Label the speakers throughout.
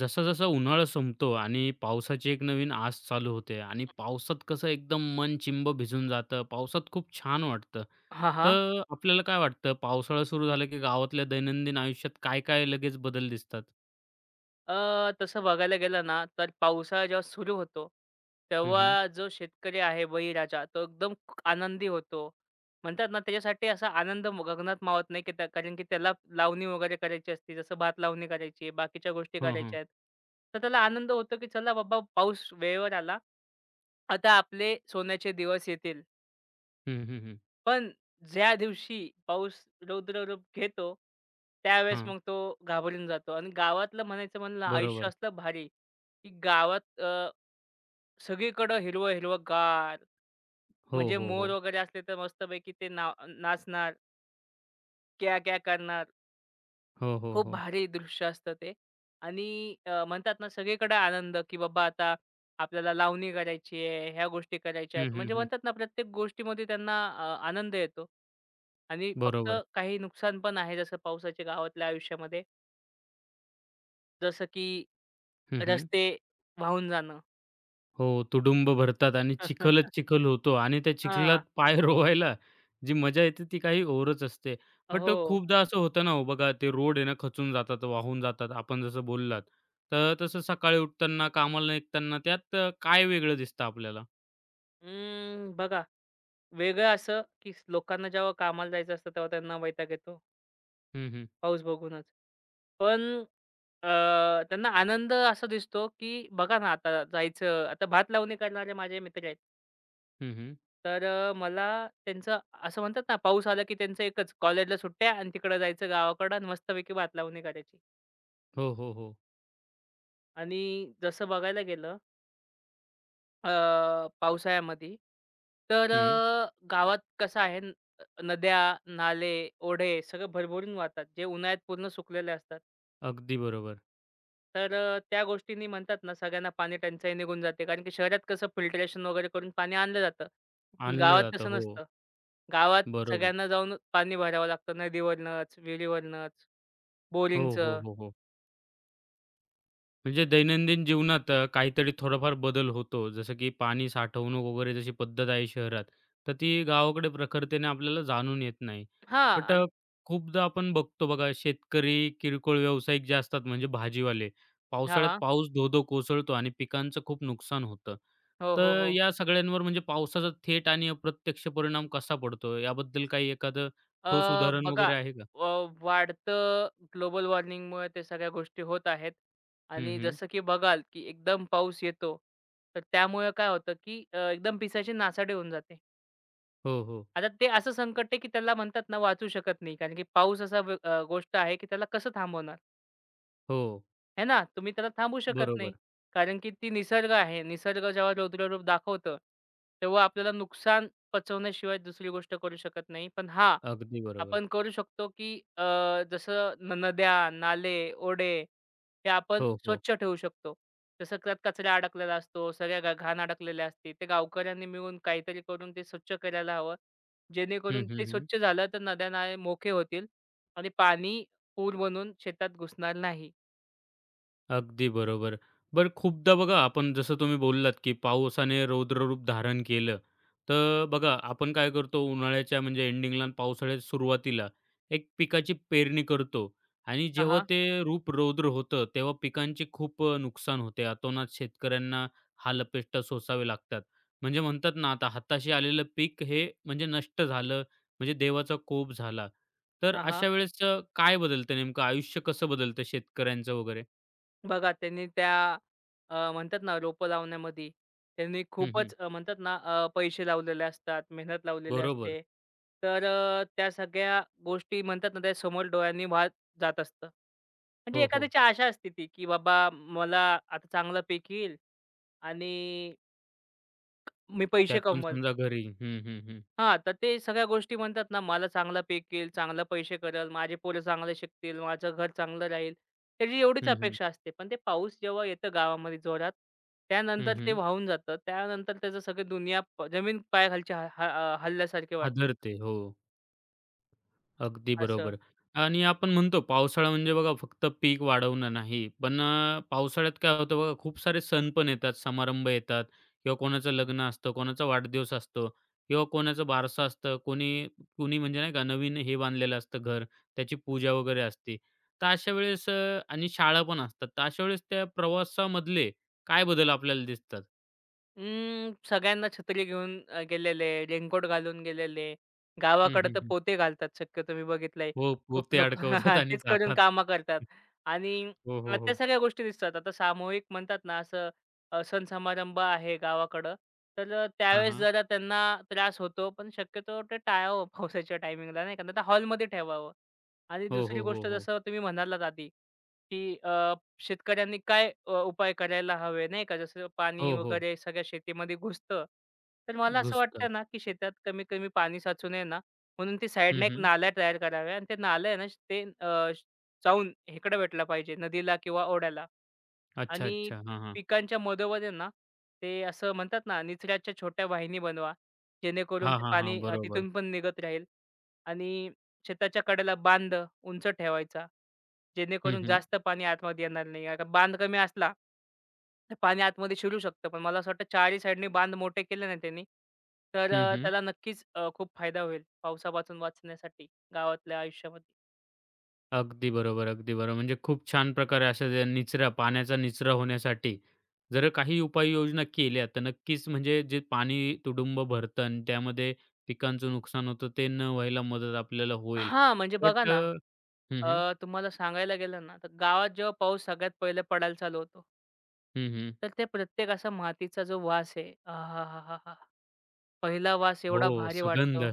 Speaker 1: जसा-जसा उन्हाळा संपतो आणि पावसाची एक नवीन आस चालू होते आणि पावसात कसं एकदम मन चिंब भिजून जातं. पावसात खूप छान वाटतं.
Speaker 2: हां, हां.
Speaker 1: तर आपल्याला काय वाटतं पावसाळा सुरू झाला की गावातल्या दैनंदिन आयुष्यात काय-काय लगेच बदल दिसतात?
Speaker 2: तसं बघायला गेलं ना, तर पावसाळा जेव्हा सुरू होतो,
Speaker 1: हं, हं.
Speaker 2: तेव्हा जो शेतकरी आहे बळीराजा, तो एकदम आनंदी होतो. म्हणतात ना, त्याच्यासाठी असा आनंद गगनात मावत नाही, की त्या कारण की त्याला लावणी वगैरे करायची असते, जसं भात लावणी करायची बाकीच्या गोष्टी
Speaker 1: हं, हं.
Speaker 2: करायच्या आहेत. तर त्याला आनंद होतो, की चला बाबा, पाऊस वेळेवर आला. आता आपले सोन्याचे दिवस येतील.
Speaker 1: हं, हं, हं.
Speaker 2: पण ज्या दिवशी पाऊस रौद्र रूप घेतो, त्यावेळेस
Speaker 1: हां.
Speaker 2: मग तो घाबरून जातो आणि गावातलं म्हणायचं म्हणलं आयुष्य
Speaker 1: बरोबर.
Speaker 2: असलं भारी, की गावात सगळीकडं हिरवं हिरवं गार,
Speaker 1: हो,
Speaker 2: म्हणजे
Speaker 1: हो,
Speaker 2: मोर
Speaker 1: हो.
Speaker 2: वगैरे असले तर मस्तपैकी ते ना नाचणार, क्या-क्या करणार.
Speaker 1: हो, हो,
Speaker 2: खूप
Speaker 1: हो.
Speaker 2: भारी दृश्य असतं ते आणि म्हणतात ना सगळीकडे आनंद, की बाबा आता आपल्याला लावणी करायची आहे, ह्या गोष्टी करायच्या
Speaker 1: हं,
Speaker 2: आहेत.
Speaker 1: हं,
Speaker 2: म्हणजे
Speaker 1: हं.
Speaker 2: म्हणतात ना प्रत्येक गोष्टीमध्ये त्यांना आनंद येतो. आणि फक्त
Speaker 1: बरोबर.
Speaker 2: काही नुकसान पण आहे जसं पावसाच्या गावातल्या आयुष्यामध्ये. जसं की
Speaker 1: हं, हं.
Speaker 2: रस्ते वाहून जाणं.
Speaker 1: हो, तुडुंब भरतात आणि चिखलच चिखल होतो आणि त्या चिखलात
Speaker 2: हां.
Speaker 1: पाय रोवायला जी मजा येते ती काही औरच असते. बट
Speaker 2: हो.
Speaker 1: खूपदा असं होतं ना हो बघा ते रोड आहे ना खचून जातात, वाहून जातात आपण जसं बोललात. तर तसं सकाळी उठताना, कामाला निघताना त्यात काय वेगळं दिसतं आपल्याला?
Speaker 2: बघा वेगळं असं, की लोकांना जेव्हा कामाला जायचं असतं तेव्हा त्यांना वैताग येतो,
Speaker 1: हं, हं.
Speaker 2: पाऊस बघूनच. पण अ, त्यांना आनंद असा दिसतो, की बघा ना आता जायचं. आता भात लावणी करणारे माझे मित्र आहेत.
Speaker 1: हं, हं.
Speaker 2: तर मला त्यांचं असं म्हणतात ना, पाऊस आला की त्यांचं एकच कॉलेजला सुट्ट्या आणि तिकडं जायचं गावाकडं आणि मस्तपैकी भात लावणी करायची.
Speaker 1: हो, हो, हो.
Speaker 2: आणि जसं बघायला गेलं अ, पावसाळ्यामध्ये तर
Speaker 1: हं.
Speaker 2: गावात कसं आहे, नद्या, नाले, ओढे सगळं भरभरून वाहतात, जे उन्हाळ्यात पूर्ण सुकलेले असतात.
Speaker 1: अगदी बरोबर.
Speaker 2: तर त्या गोष्टींनी म्हणतात ना, सगळ्यांना पाणी टंचाई निघून जाते. कारण की शहरात कसं फिल्ट्रेशन वगैरे करून पाणी आणलं जातं. पण
Speaker 1: आणलं
Speaker 2: गावात
Speaker 1: जातं.
Speaker 2: तसं
Speaker 1: हो.
Speaker 2: नसतं. गावात
Speaker 1: बरोबर.
Speaker 2: सगळ्यांना जाऊन पाणी भरावं लागतं नदीवरनंच, विहिरीवरनंच,
Speaker 1: हो, हो,
Speaker 2: बोरिंगचं.
Speaker 1: हो, हो. म्हणजे दैनंदिन जीवनात काहीतरी थोडाफार बदल होतो. जसं की पाणी साठवणूक वगैरे जशी पद्धत आहे शहरात, तर ती गावाकडे प्रखरतेने आपल्याला जाणून येत नाही.
Speaker 2: हां
Speaker 1: बट
Speaker 2: आणि
Speaker 1: खूपदा आपण बघतो बघा शेतकरी, किरकोळ व्यावसायिक जे असतात म्हणजे भाजीवाले,
Speaker 2: हां,
Speaker 1: पावसाळ्यात
Speaker 2: हां.
Speaker 1: पाऊस धो कोसळतो आणि पिकांचं खूप नुकसान होतं.
Speaker 2: हो, हो,
Speaker 1: तर
Speaker 2: हो.
Speaker 1: या सगळ्यांवर म्हणजे पावसाचा थेट आणि अप्रत्यक्ष परिणाम कसा पडतो? याबद्दल काही एखादं ठोस
Speaker 2: अ,
Speaker 1: उदाहरण
Speaker 2: बघा
Speaker 1: वगैरे आहे का?
Speaker 2: अ, वाढतं ग्लोबल वॉर्मिंगमुळे ते सगळ्या गोष्टी होत आहेत
Speaker 1: हं,
Speaker 2: आणि
Speaker 1: हं.
Speaker 2: जसं की बघाल, की एकदम पाऊस येतो, तर त्यामुळे काय होतं, की एकदम पिसाची नासाडी होऊन जाते.
Speaker 1: हो, हो.
Speaker 2: आता ते असं संकट आहे, की त्याला म्हणतात ना वाचू शकत नाही. कारण की पाऊस असा गोष्ट आहे, की त्याला कसं थांबवणार?
Speaker 1: हो.
Speaker 2: आहे ना, तुम्ही त्याला थांबू शकत नाही.
Speaker 1: बरोबर.
Speaker 2: कारण की ती निसर्ग आहे. निसर्ग जेव्हा रौद्र रूप दाखवतं, तेव्हा आपल्याला नुकसान पचवण्याशिवाय दुसरी गोष्ट करू शकत नाही. पण हां,
Speaker 1: अगदी बरोबर.
Speaker 2: आपण करू शकतो की अ, जसं नद्या, नाले, ओढे हे आपण
Speaker 1: हो, हो.
Speaker 2: स्वच्छ ठेवू शकतो. जसं त्यात कचरा अडकलेला असतो, सगळ्या घाण अडकलेली असते. ते गावकऱ्यांनी मिळून काहीतरी करून ते स्वच्छ करायला हवं.
Speaker 1: हं,
Speaker 2: जेणेकरून
Speaker 1: हं,
Speaker 2: ते
Speaker 1: हं.
Speaker 2: स्वच्छ झालं तर नद्या-नाले मोके होतील आणि पाणी पूर बनून शेतात घुसणार नाही.
Speaker 1: अगदी बरोबर. बरं खूपदा बघा आपण जसं तुम्ही बोललात, की पावसाने रौद्ररूप धारण केलं. तर बघा आपण काय करतो उन्हाळ्याच्या म्हणजे एंडिंगला आणि पावसाळ्याच्या सुरुवातीला एक पिकाची पेरणी करतो आणि जेव्हा
Speaker 2: हां,
Speaker 1: ते रूप रौद्र होतं, तेव्हा पिकांचे खूप नुकसान होते. अतोनात शेतकऱ्यांना हाल अपेष्टा सोसावे लागतात. म्हणजे म्हणतात ना, आता हाताशी आलेलं पीक हे म्हणजे नष्ट झालं, म्हणजे देवाचा कोप झाला. तर
Speaker 2: हां, हां.
Speaker 1: अशा वेळेस काय बदलतं नेमकं आयुष्य कसं बदलतं शेतकऱ्यांचं वगैरे?
Speaker 2: बघा त्यांनी त्या म्हणतात ना रोपं लावण्यामध्ये त्यांनी
Speaker 1: हं,
Speaker 2: खूपच म्हणतात ना पैसे लावलेले असतात, मेहनत लावलेली
Speaker 1: बरोबर.
Speaker 2: असते. तर त्या सगळ्या गोष्टी म्हणतात ना त्या समोर डोळ्यांनी वाहत जात असतं. म्हणजे
Speaker 1: हो, हो.
Speaker 2: एखाद्याची आशा असते ती, की बाबा मला आता चांगलं पीक येईल आणि मी पैसे
Speaker 1: त्यातून
Speaker 2: कमवल.
Speaker 1: समजा घरी हं, हं, हं.
Speaker 2: हां, तर ते सगळ्या गोष्टी म्हणतात ना, मला चांगला पीक येईल, चांगले पैसे करेल, माझे पोरं चांगले शिकतील, माझं घर चांगलं राहील. त्याची एवढीच
Speaker 1: हं, हं.
Speaker 2: अपेक्षा असते. पण ते पाऊस जेव्हा येतं गावामध्ये जोरात,
Speaker 1: हं,
Speaker 2: त्यानंतर ते
Speaker 1: हं.
Speaker 2: वाहून जातं. त्यानंतर त्याचं सगळी दुनिया जमीन पायाखालची ह ह हलल्यासारखे वाटतं
Speaker 1: हादरते. हो, अगदी
Speaker 2: असं.
Speaker 1: बरोबर. आणि आपण म्हणतो पावसाळा म्हणजे बघा फक्त पीक वाढवणं नाही. पण पावसाळ्यात काय होतं बघा खूप सारे सण पण येतात, समारंभ येतात किंवा कोणाचं लग्न असतं, कोणाचा वाढदिवस असतो किंवा कोणाचं बारसं असतं, कोणी कोणी म्हणजे नाही का नवीन हे बांधलेलं असतं घर, त्याची पूजा वगैरे असते. तर अशा वेळेस आणि शाळा पण असतात. तर अशा वेळेस त्या प्रवासामधले काय बदल आपल्याला दिसतात?
Speaker 2: सगळ्यांना छत्री घेऊन गेलेले, रेनकोट घालून गेलेले.
Speaker 1: हं,
Speaker 2: गावाकडे
Speaker 1: हं,
Speaker 2: तर
Speaker 1: हं.
Speaker 2: पोते घालतात शक्यतो मी बघितलंय.
Speaker 1: हो,
Speaker 2: खूप
Speaker 1: पोते
Speaker 2: लोकं
Speaker 1: अडकवतात आणि
Speaker 2: तेच करून
Speaker 1: जातात.
Speaker 2: कामं करतात आणि
Speaker 1: हो, हो,
Speaker 2: त्या
Speaker 1: हो.
Speaker 2: सगळ्या गोष्टी दिसतात. आता सामूहिक म्हणतात ना असं सण समारंभ आहे गावाकडं, तर
Speaker 1: हां,
Speaker 2: त्यावेळेस
Speaker 1: हां.
Speaker 2: जरा त्यांना त्रास होतो. पण शक्यतो ते टाळावं पावसाच्या टायमिंगला नाही का, नाहीतर हॉलमध्ये ठेवावं आणि
Speaker 1: हो,
Speaker 2: दुसरी
Speaker 1: हो, हो,
Speaker 2: गोष्ट
Speaker 1: हो.
Speaker 2: जसं तुम्ही म्हणालात आधी, की शेतकऱ्यांनी काय उपाय करायला हवे नाही का? जसं पाणी
Speaker 1: हो, हो.
Speaker 2: वगैरे सगळ्या शेतीमध्ये घुसतं. तर मला असं
Speaker 1: घुसतं.
Speaker 2: वाटतं ना, की शेतात कमी-कमी पाणी साचू नये ना, म्हणून ते
Speaker 1: हं,
Speaker 2: साईडने एक
Speaker 1: हं.
Speaker 2: नाल्या तयार कराव्या आणि ते नालं आहे ना, ते जाऊन इकडे भेटला पाहिजे नदीला किंवा ओढ्याला.
Speaker 1: अच्छा,
Speaker 2: आणि
Speaker 1: अच्छा. हां, हां.
Speaker 2: पिकांच्या मधोमध आहे ना, ते असं म्हणतात ना, निचऱ्याच्या छोट्या वाहिनी बनवा. जेणेकरून
Speaker 1: हां,
Speaker 2: ते
Speaker 1: हां, हां.
Speaker 2: पाणी तिथून
Speaker 1: बरोबर.
Speaker 2: पण निघत राहील आणि शेताच्या कडेला बांध उंच ठेवायचा.
Speaker 1: हं,
Speaker 2: जेणेकरून
Speaker 1: हं.
Speaker 2: जास्त पाणी आतमध्ये येणार नाही. आता बांध कमी असला, तर पाणी आतमध्ये शिरू शकतं. पण मला असं वाटतं चारही साईडने बांध मोठे केले ना त्यांनी, तर
Speaker 1: हं, हं.
Speaker 2: त्याला नक्कीच खूप फायदा होईल पावसापासून वाचण्यासाठी गावातल्या आयुष्यामध्ये.
Speaker 1: अगदी बरोबर, अगदी बरोबर. म्हणजे खूप छान प्रकारे अशा ज्या निचरा पाण्याचा निचरा होण्यासाठी जर काही उपाययोजना केल्या, तर नक्कीच म्हणजे जे पाणी तुडुंब भरतं आणि त्यामध्ये पिकांचं नुकसान होतं, ते न व्हायला मदत आपल्याला होईल.
Speaker 2: हां, म्हणजे बघा
Speaker 1: बट
Speaker 2: ना,
Speaker 1: हं, हं.
Speaker 2: तुम्हाला सांगायला गेलं ना, तर गावात जेव्हा पाऊस सगळ्यात पहिले पडायला चालू होतो,
Speaker 1: हं, हं.
Speaker 2: तर ते प्रत्येक असा मातीचा जो वास आहे, आहाहाहा! पहिला वास एवढा
Speaker 1: हो,
Speaker 2: भारी वाटतो.
Speaker 1: सुगंध.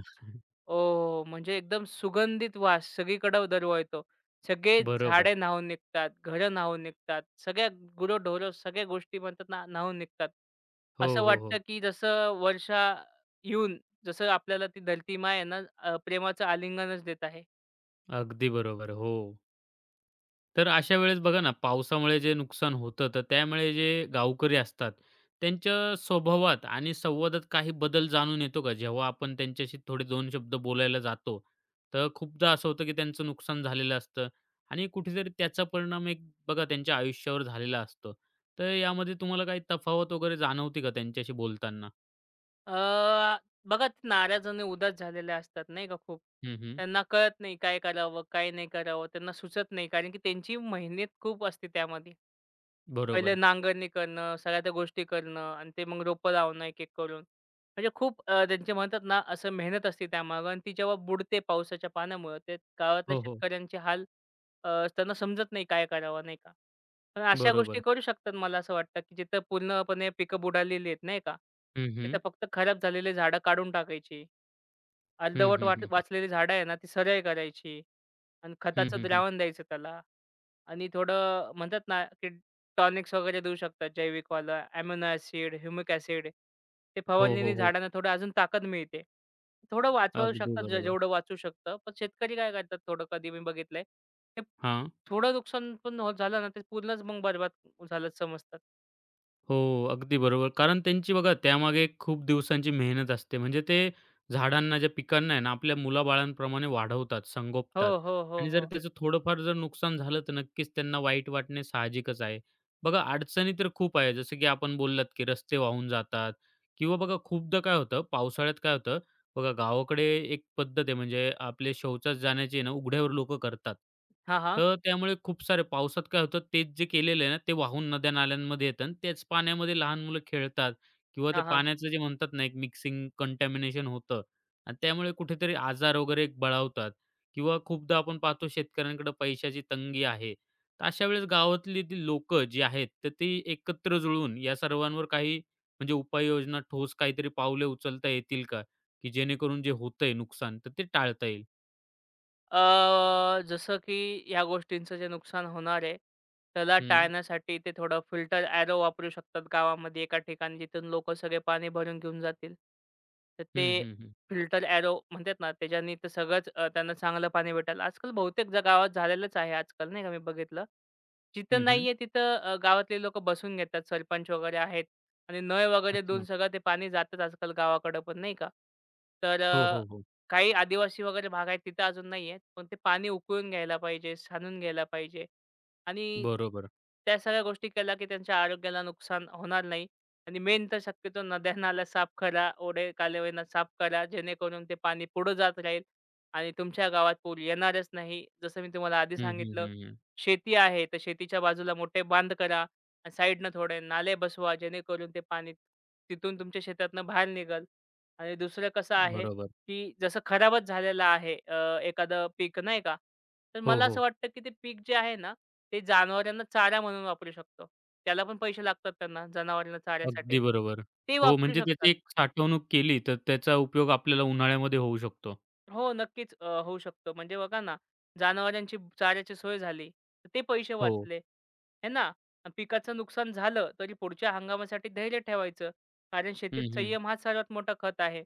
Speaker 2: ओह! म्हणजे एकदम सुगंधित वास सगळीकडे दरवळतो. सगळे
Speaker 1: बरोबर.
Speaker 2: झाडे न्हाऊन निघतात, घरं न्हाऊन निघतात, सगळ्या गुरं-ढोरं सगळ्या गोष्टी म्हणतात ना न्हाऊन निघतात.
Speaker 1: हो,
Speaker 2: असं
Speaker 1: हो,
Speaker 2: वाटतं
Speaker 1: हो.
Speaker 2: की जसं वर्षा येऊन जसं आपल्याला ती धरती माँ आहे ना प्रेमाचं आलिंगनच देत आहे.
Speaker 1: अगदी बरोबर. हो. तर अशा वेळेस बघा ना, पावसामुळे जे नुकसान होतं, तर त्यामुळे जे गावकरी असतात, त्यांच्या स्वभावात आणि संवादात काही बदल जाणून येतो का? जेव्हा आपण त्यांच्याशी थोडे दोन शब्द बोलायला जातो, तर खूपदा असं होतं की त्यांचं नुकसान झालेलं असतं आणि कुठेतरी त्याचा परिणाम एक बघा त्यांच्या आयुष्यावर झालेला असतो. तर यामध्ये तुम्हाला काही तफावत वगैरे जाणवते का त्यांच्याशी बोलताना?
Speaker 2: अ, बघा नाराज आणि उदास झालेल्या असतात नाही का खूप.
Speaker 1: हं, हं.
Speaker 2: त्यांना कळत नाही काय करावं, काय नाही करावं. त्यांना सुचत नाही कारण की त्यांची मेहनत खूप असते त्यामध्ये. पहिले
Speaker 1: बरोबर.
Speaker 2: नांगरणी करणं, सगळ्या त्या गोष्टी करणं आणि ते मग रोपं लावणं एक-एक करून. म्हणजे खूप त्यांचे म्हणतात ना, असं मेहनत असते त्यामागे आणि ती जेव्हा बुडते पावसाच्या पाण्यामुळं, ते गावातल्या
Speaker 1: हो, हो.
Speaker 2: शेतकऱ्यांचे हाल अ, त्यांना समजत नाही काय करावं, नाही का? पण अशा गोष्टी
Speaker 1: बरोबर.
Speaker 2: करू शकतात मला असं वाटतं, की जिथं पूर्णपणे पिकं बुडालेली आहेत, नाही का?
Speaker 1: हं,
Speaker 2: तिथं
Speaker 1: हं.
Speaker 2: फक्त खराब झालेले झाडं काढून टाकायची.
Speaker 1: हं,
Speaker 2: अर्धवट
Speaker 1: हं, हं.
Speaker 2: वाचलेली झाडं आहे ना, ती सरळ करायची आणि
Speaker 1: हं,
Speaker 2: खताचं
Speaker 1: हं, हं.
Speaker 2: द्रावण द्यायचं त्याला आणि थोडं म्हणतात ना, की टॉनिक्स वगैरे देऊ शकतात जैविकवालं, अॅमिनो ॲसिड, ह्युमिक ॲसिड. ते
Speaker 1: हो, हो,
Speaker 2: फवारल्याने
Speaker 1: हो.
Speaker 2: झाडांना थोडं अजून ताकद मिळते. थोडं वाचवू
Speaker 1: अगदी
Speaker 2: शकतात जे
Speaker 1: बरोबर.
Speaker 2: जेवढं वाचू शकतं. पण शेतकरी काय करतात थोडं कधी मी बघितलंय, ते
Speaker 1: हां.
Speaker 2: थोडं नुकसान पण होत झालं ना, ते पूर्णच मग बरबाद झालं समजतात.
Speaker 1: हो, अगदी बरोबर. कारण त्यांची बघा त्यामागे एक खूप दिवसांची मेहनत असते. म्हणजे ते झाडांना, ज्या पिकांना आहे ना, आपल्या मुलाबाळांप्रमाणे वाढवतात,
Speaker 2: हो,
Speaker 1: संगोपतात
Speaker 2: हो, हो,
Speaker 1: आणि जर
Speaker 2: हो.
Speaker 1: त्याचं थोडंफार जर नुकसान झालं, तर नक्कीच त्यांना वाईट वाटणे साहजिकच आहे. बघा अडचणी तर खूप आहे. जसं की आपण बोललात, की रस्ते वाहून जातात किंवा बघा खूपदा काय होतं, पावसाळ्यात काय होतं बघा गावाकडे एक पद्धत आहे म्हणजे आपले शौचास जाण्याची ना उघड्यावर लोक करतात.
Speaker 2: हां, हां.
Speaker 1: तर त्यामुळे खूप सारे पावसात काय होतं तेच जे केलेलं आहे ना ते वाहून नद्या-नाल्यांमध्ये येतं आणि त्याच पाण्यामध्ये लहान मुलं खेळतात किंवा ते
Speaker 2: हां, हां.
Speaker 1: पाण्याचं जे म्हणतात ना एक मिक्सिंग कंटॅमिनेशन होतं आणि त्यामुळे कुठेतरी आजार वगैरे एक बळावतात किंवा खूपदा आपण पाहतो शेतकऱ्यांकडे पैशाची तंगी आहे. तर अशा वेळेस गावातली ती लोक जी आहेत तर ती एकत्र जुळून या सर्वांवर काही म्हणजे उपाययोजना ठोस काहीतरी पावले उचलता येतील का? की जेणेकरून जे होतंय नुकसान, तर ते टाळता येईल.
Speaker 2: जसं की ह्या गोष्टींचं जे नुकसान होणार आहे, त्याला
Speaker 1: हं.
Speaker 2: टाळण्यासाठी ते थोडं फिल्टर ॲरो वापरू शकतात गावामध्ये एका ठिकाणी जिथून लोकं सगळे पाणी भरून घेऊन जातील. तर
Speaker 1: हं,
Speaker 2: ते
Speaker 1: हं, हं.
Speaker 2: फिल्टर ॲरो म्हणतात ना, त्याच्यानी तर सगळंच त्यांना चांगलं पाणी भेटेल. आजकाल बहुतेक ज्या गावात झालेलंच आहे आजकाल नाही का मी बघितलं. जिथं
Speaker 1: हं, हं.
Speaker 2: नाहीये तिथं गावातले लोकं बसून घेतात सरपंच वगैरे आहेत आणि नळ वगैरे देऊन
Speaker 1: अच्छा.
Speaker 2: सगळं ते पाणी जातंच आजकाल गावाकडं पण नाही का. तर
Speaker 1: हो, हो, हो.
Speaker 2: काही आदिवासी वगैरे भाग आहेत तिथं अजून नाही आहेत. पण ते पाणी उकळून घ्यायला पाहिजे, सांडून घ्यायला पाहिजे आणि
Speaker 1: बरोबर.
Speaker 2: त्या सगळ्या गोष्टी केल्या, की त्यांच्या आरोग्याला नुकसान होणार नाही आणि मेन तर शक्यतो नद्या-नाल्या साफ करा, ओढे कालव्यांना साफ करा, जेणेकरून ते पाणी पुढं जात राहील आणि तुमच्या गावात पूर येणारच नाही. जसं मी तुम्हाला आधी
Speaker 1: हं, हं,
Speaker 2: सांगितलं,
Speaker 1: हं, हं.
Speaker 2: शेती आहे तर शेतीच्या बाजूला मोठे बांध करा आणि साईडनं थोडे नाले बसवा, जेणेकरून ते पाणी तिथून तुमच्या शेतातनं बाहेर निघेल आणि दुसरं कसं आहे
Speaker 1: बरोबर.
Speaker 2: की जसं खराबच झालेलं आहे एखादं पीक नाही का? तर
Speaker 1: हो,
Speaker 2: मला असं
Speaker 1: हो.
Speaker 2: वाटतं की ते पीक जे आहे ना, ते जनावरांना चारा म्हणून वापरू शकतो. त्याला पण पैसे लागतात त्यांना जनावरांना चाऱ्यासाठी.
Speaker 1: अगदी बरोबर.
Speaker 2: ते
Speaker 1: हो,
Speaker 2: वापरू
Speaker 1: म्हणजे
Speaker 2: शकतात.
Speaker 1: त्याची एक साठवणूक केली, तर त्याचा उपयोग आपल्याला उन्हाळ्यामध्ये होऊ शकतो.
Speaker 2: हो, नक्कीच होऊ शकतो. म्हणजे बघा ना, जनावरांची चाऱ्याची सोय झाली, तर ते पैसे
Speaker 1: हो.
Speaker 2: वाचले, हे ना? अन पिकाचं नुकसान झालं, तरी पुढच्या हंगामासाठी धैर्य ठेवायचं. कारण शेतीत
Speaker 1: हं, हं.
Speaker 2: संयम हाच सर्वात मोठा खत आहे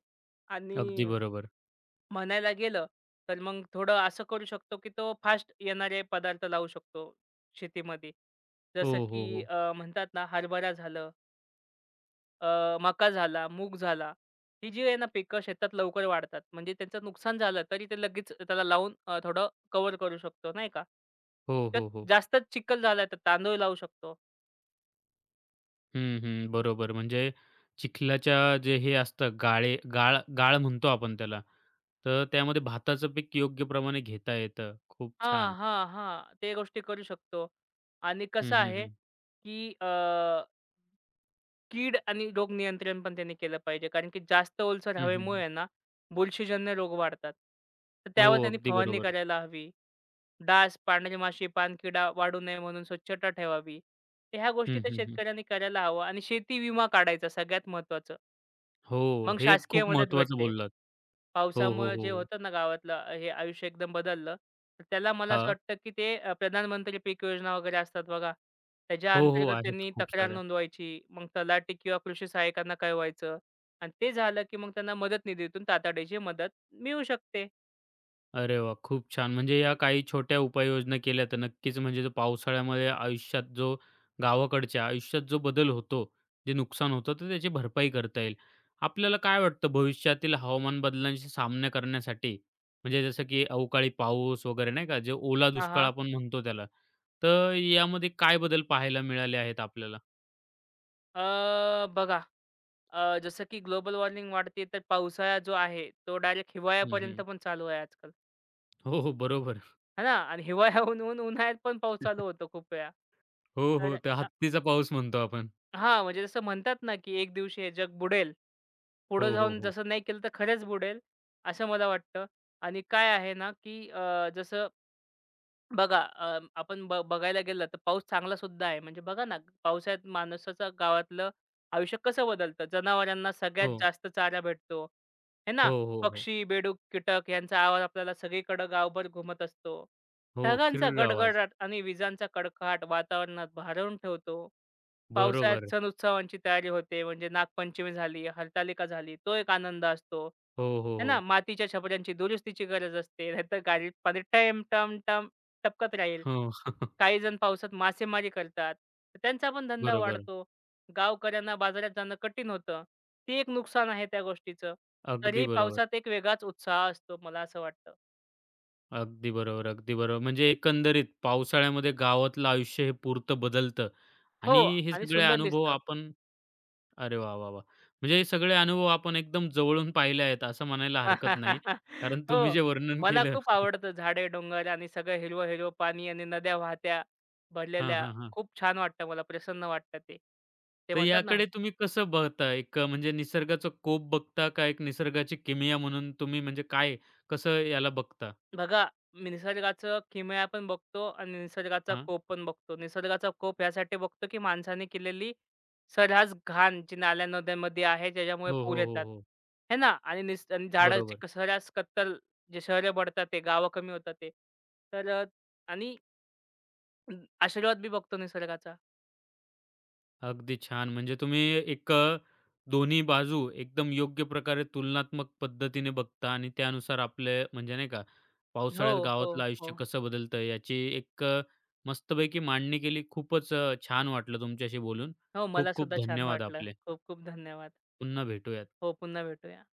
Speaker 1: अगदी
Speaker 2: आणि
Speaker 1: बरोबर.
Speaker 2: म्हणायला गेलं, तर मग थोडं असं करू शकतो, की तो फास्ट येणारे पदार्थ लावू शकतो शेतीमध्ये. जसं
Speaker 1: हो, हो,
Speaker 2: की
Speaker 1: हो.
Speaker 2: म्हणतात ना, हरभरा झालं, मका झाला, मूग झाला. ही जी आहे ना पिकं शेतात लवकर वाढतात. म्हणजे त्यांचं नुकसान झालं तरी ते लगेच त्याला लावून थोडं कव्हर करू शकतो, नाही का?
Speaker 1: हो,
Speaker 2: तर
Speaker 1: हो, हो.
Speaker 2: जास्तच चिखल झाला तर तांदूळ लावू शकतो.
Speaker 1: हं, हं. बरोबर. म्हणजे चिखलाच्या जे हे असतं गाळे गाळ गाळ म्हणतो आपण त्याला, तर त्यामध्ये भाताचं पीक योग्य प्रमाणे घेता येतं. खूप
Speaker 2: हां,
Speaker 1: छान.
Speaker 2: हां, हां. ते गोष्टी करू शकतो आणि
Speaker 1: हं,
Speaker 2: कसं
Speaker 1: हं,
Speaker 2: आहे,
Speaker 1: हं.
Speaker 2: की कीड आणि रोग नियंत्रण पण त्यांनी केलं पाहिजे. कारण की जास्त ओलसर
Speaker 1: हं, हं,
Speaker 2: हवेमुळे
Speaker 1: हं.
Speaker 2: आहे ना, बुरशीजन्य रोग वाढतात. तर
Speaker 1: हो,
Speaker 2: त्यावर त्यांनी
Speaker 1: अगदी
Speaker 2: फवारणी
Speaker 1: बरोबर.
Speaker 2: करायला हवी. डास, पांढरी माशी, पानकिडा वाढू नये म्हणून स्वच्छता ठेवावी. तर ह्या गोष्टी
Speaker 1: हं,
Speaker 2: त्या
Speaker 1: हं, हं.
Speaker 2: शेतकऱ्यांनी करायला हवं आणि शेती विमा काढायचा सगळ्यात महत्त्वाचं.
Speaker 1: हो,
Speaker 2: मग
Speaker 1: हे
Speaker 2: शासकीय
Speaker 1: खूप
Speaker 2: मदत
Speaker 1: महत्त्वाचं
Speaker 2: भेटते.
Speaker 1: बोललात. हो, हो,
Speaker 2: पावसामुळं
Speaker 1: हो,
Speaker 2: जे
Speaker 1: हो.
Speaker 2: होतं ना गावातलं हे आयुष्य एकदम बदललं. तर त्याला मला असं
Speaker 1: हां.
Speaker 2: वाटतं, की ते प्रधानमंत्री पीक योजना वगैरे असतात बघा. त्याच्या
Speaker 1: हो, हो.
Speaker 2: अंतर्गत
Speaker 1: आहेत
Speaker 2: त्यांनी
Speaker 1: खूप
Speaker 2: तक्रार
Speaker 1: साऱ्या.
Speaker 2: नोंदवायची. मग तलाठी किंवा कृषी सहाय्यकांना कळवायचं आणि ते झालं, की मग त्यांना मदत निधीतून तातडीची मदत मिळू शकते.
Speaker 1: अरे वाह! खूप छान. म्हणजे या काही छोट्या उपाययोजना केल्या तर नक्कीच म्हणजे जो पावसाळ्यामध्ये आयुष्यात जो गावाकडच्या आयुष्यात जो बदल होतो, जे नुकसान होतं तर त्याची भरपाई करता येईल. आपल्याला काय वाटतं भविष्यातील हवामान बदलांशी सामना करण्यासाठी म्हणजे जसं की अवकाळी पाऊस वगैरे नाही का, जे ओला
Speaker 2: हां,
Speaker 1: दुष्काळ
Speaker 2: हां.
Speaker 1: आपण म्हणतो त्याला, तर यामध्ये काय बदल पाहायला मिळाले आहेत आपल्याला?
Speaker 2: बघा जसं की ग्लोबल वॉर्मिंग वाढते, तर पावसाळा जो आहे, तो डायरेक्ट
Speaker 1: हं,
Speaker 2: हिवाळ्यापर्यंत
Speaker 1: हं.
Speaker 2: पण चालू आहे आजकाल,
Speaker 1: हो, हो. बरोबर.
Speaker 2: है ना? आणि हिवाळ्याहून उन्हाळ्यात पण पाऊस चालू होतो खूप वेळा.
Speaker 1: हो,
Speaker 2: तर
Speaker 1: हो. त्या हत्तीचा पाऊस म्हणतो आपण.
Speaker 2: हां, म्हणजे जसं म्हणतात ना, की एक दिवशी हे जग बुडेल. पुढं
Speaker 1: हो, हो,
Speaker 2: जाऊन
Speaker 1: हो.
Speaker 2: जसं नाही केलं तर खरंच बुडेल, असं मला वाटतं. आणि काय आहे ना, की जसं बघा आपण बघायला गेलं तर पाऊस चांगला सुद्धा आहे. म्हणजे बघा ना, पावसाळ्यात माणसाचं गावातलं आयुष्य कसं बदलतं. जनावरांना सगळ्यात
Speaker 1: हो.
Speaker 2: जास्त चारा भेटतो. है ना?
Speaker 1: हो, हो, हो.
Speaker 2: पक्षी, बेडूक, कीटक यांचा आवाज आपल्याला सगळीकडं गावभर घुमत असतो.
Speaker 1: हो.
Speaker 2: ढगांचा
Speaker 1: किर्र आवाज.
Speaker 2: गडगडाट आणि विजांचा कडकडाट वातावरणात भारावून ठेवतो. पावसाळ्यात
Speaker 1: बरोबर.
Speaker 2: सण-उत्सवांची तयारी होते. म्हणजे नागपंचमी झाली, हरतालिका झाली, तो एक आनंद असतो.
Speaker 1: हो, हो,
Speaker 2: है ना?
Speaker 1: हो.
Speaker 2: मातीच्या छपऱ्यांची दुरुस्तीची गरज असते. नाहीतर गाडीत पाणी टम, टम, टम टपकत राहील.
Speaker 1: हो.
Speaker 2: काहीजण पावसात मासेमारी करतात, तर त्यांचा पण धंदा
Speaker 1: बरोबर.
Speaker 2: वाढतो. गावकऱ्यांना बाजारात जाणं कठीण होतं. ते एक नुकसान आहे त्या गोष्टीचं.
Speaker 1: अगदी
Speaker 2: तरीही
Speaker 1: बरोबर.
Speaker 2: पावसात एक वेगळाच उत्साह असतो मला असं वाटतं.
Speaker 1: अगदी बरोबर, अगदी बरोबर. म्हणजे एकंदरीत पावसाळ्यामध्ये गावातलं आयुष्य हे पुरतं बदलतं
Speaker 2: हो
Speaker 1: आणि हे
Speaker 2: आणि
Speaker 1: सगळे
Speaker 2: सुंदर
Speaker 1: अनुभव
Speaker 2: दिसतं.
Speaker 1: आपण अरे वाह, वाह, वाह! म्हणजे हे सगळे अनुभव आपण एकदम जवळून पाहिले आहेत असं म्हणायला हरकत नाही. कारण तुम्ही
Speaker 2: हो.
Speaker 1: जे वर्णन
Speaker 2: मला
Speaker 1: केलं
Speaker 2: खूप आवडतं झाडे, डोंगर आणि सगळं हिरवं-हिरवं पाणी आणि नद्या वाहत्या
Speaker 1: हां,
Speaker 2: भरलेल्या.
Speaker 1: हां, हां.
Speaker 2: खूप छान वाटतं मला, प्रसन्न वाटतं ते. ते
Speaker 1: तर
Speaker 2: म्हणतात ना
Speaker 1: याकडे तुम्ही कसं बघता? एक म्हणजे निसर्गाचा कोप बघता का एक निसर्गाची किमया म्हणून तुम्ही म्हणजे काय कसं याला बघता?
Speaker 2: बघा, मी निसर्गाचं किमया पण बघतो आणि निसर्गाचा
Speaker 1: हां.
Speaker 2: कोप पण बघतो. निसर्गाचा कोप यासाठी बघतो, की माणसाने केलेली सर्रास घाण जी नाल्या-नद्यांमध्ये आहे, ज्याच्यामुळे
Speaker 1: हो,
Speaker 2: पूर
Speaker 1: हो, हो,
Speaker 2: येतात.
Speaker 1: हो.
Speaker 2: है ना? आणि निस आणि झाडाची
Speaker 1: बरोबर.
Speaker 2: सर्रास कत्तल, जे शहरं बढतात आहे, गावं कमी होतात आहे. तर आणि आशीर्वाद बी बघतो निसर्गाचा.
Speaker 1: अगदी छान. म्हणजे तुम्ही एक दोन्ही बाजू एकदम योग्य प्रकारे तुलनात्मक पद्धतीने बघता आणि त्यानुसार आपले म्हणजे नाही का,
Speaker 2: हो,
Speaker 1: पावसाळ्यात
Speaker 2: हो,
Speaker 1: गावातलं
Speaker 2: हो.
Speaker 1: आयुष्य कसं बदलतं याची एक मस्तपैकी मांडणी केली. खूपच छान वाटलं तुमच्याशी बोलून.
Speaker 2: हो, मला
Speaker 1: खूप खूप
Speaker 2: सुद्धा छान
Speaker 1: धन्यवाद
Speaker 2: वाटलं.
Speaker 1: आपले.
Speaker 2: खूप खूप धन्यवाद.
Speaker 1: पुन्हा भेटूयात.
Speaker 2: हो, पुन्हा भेटूया.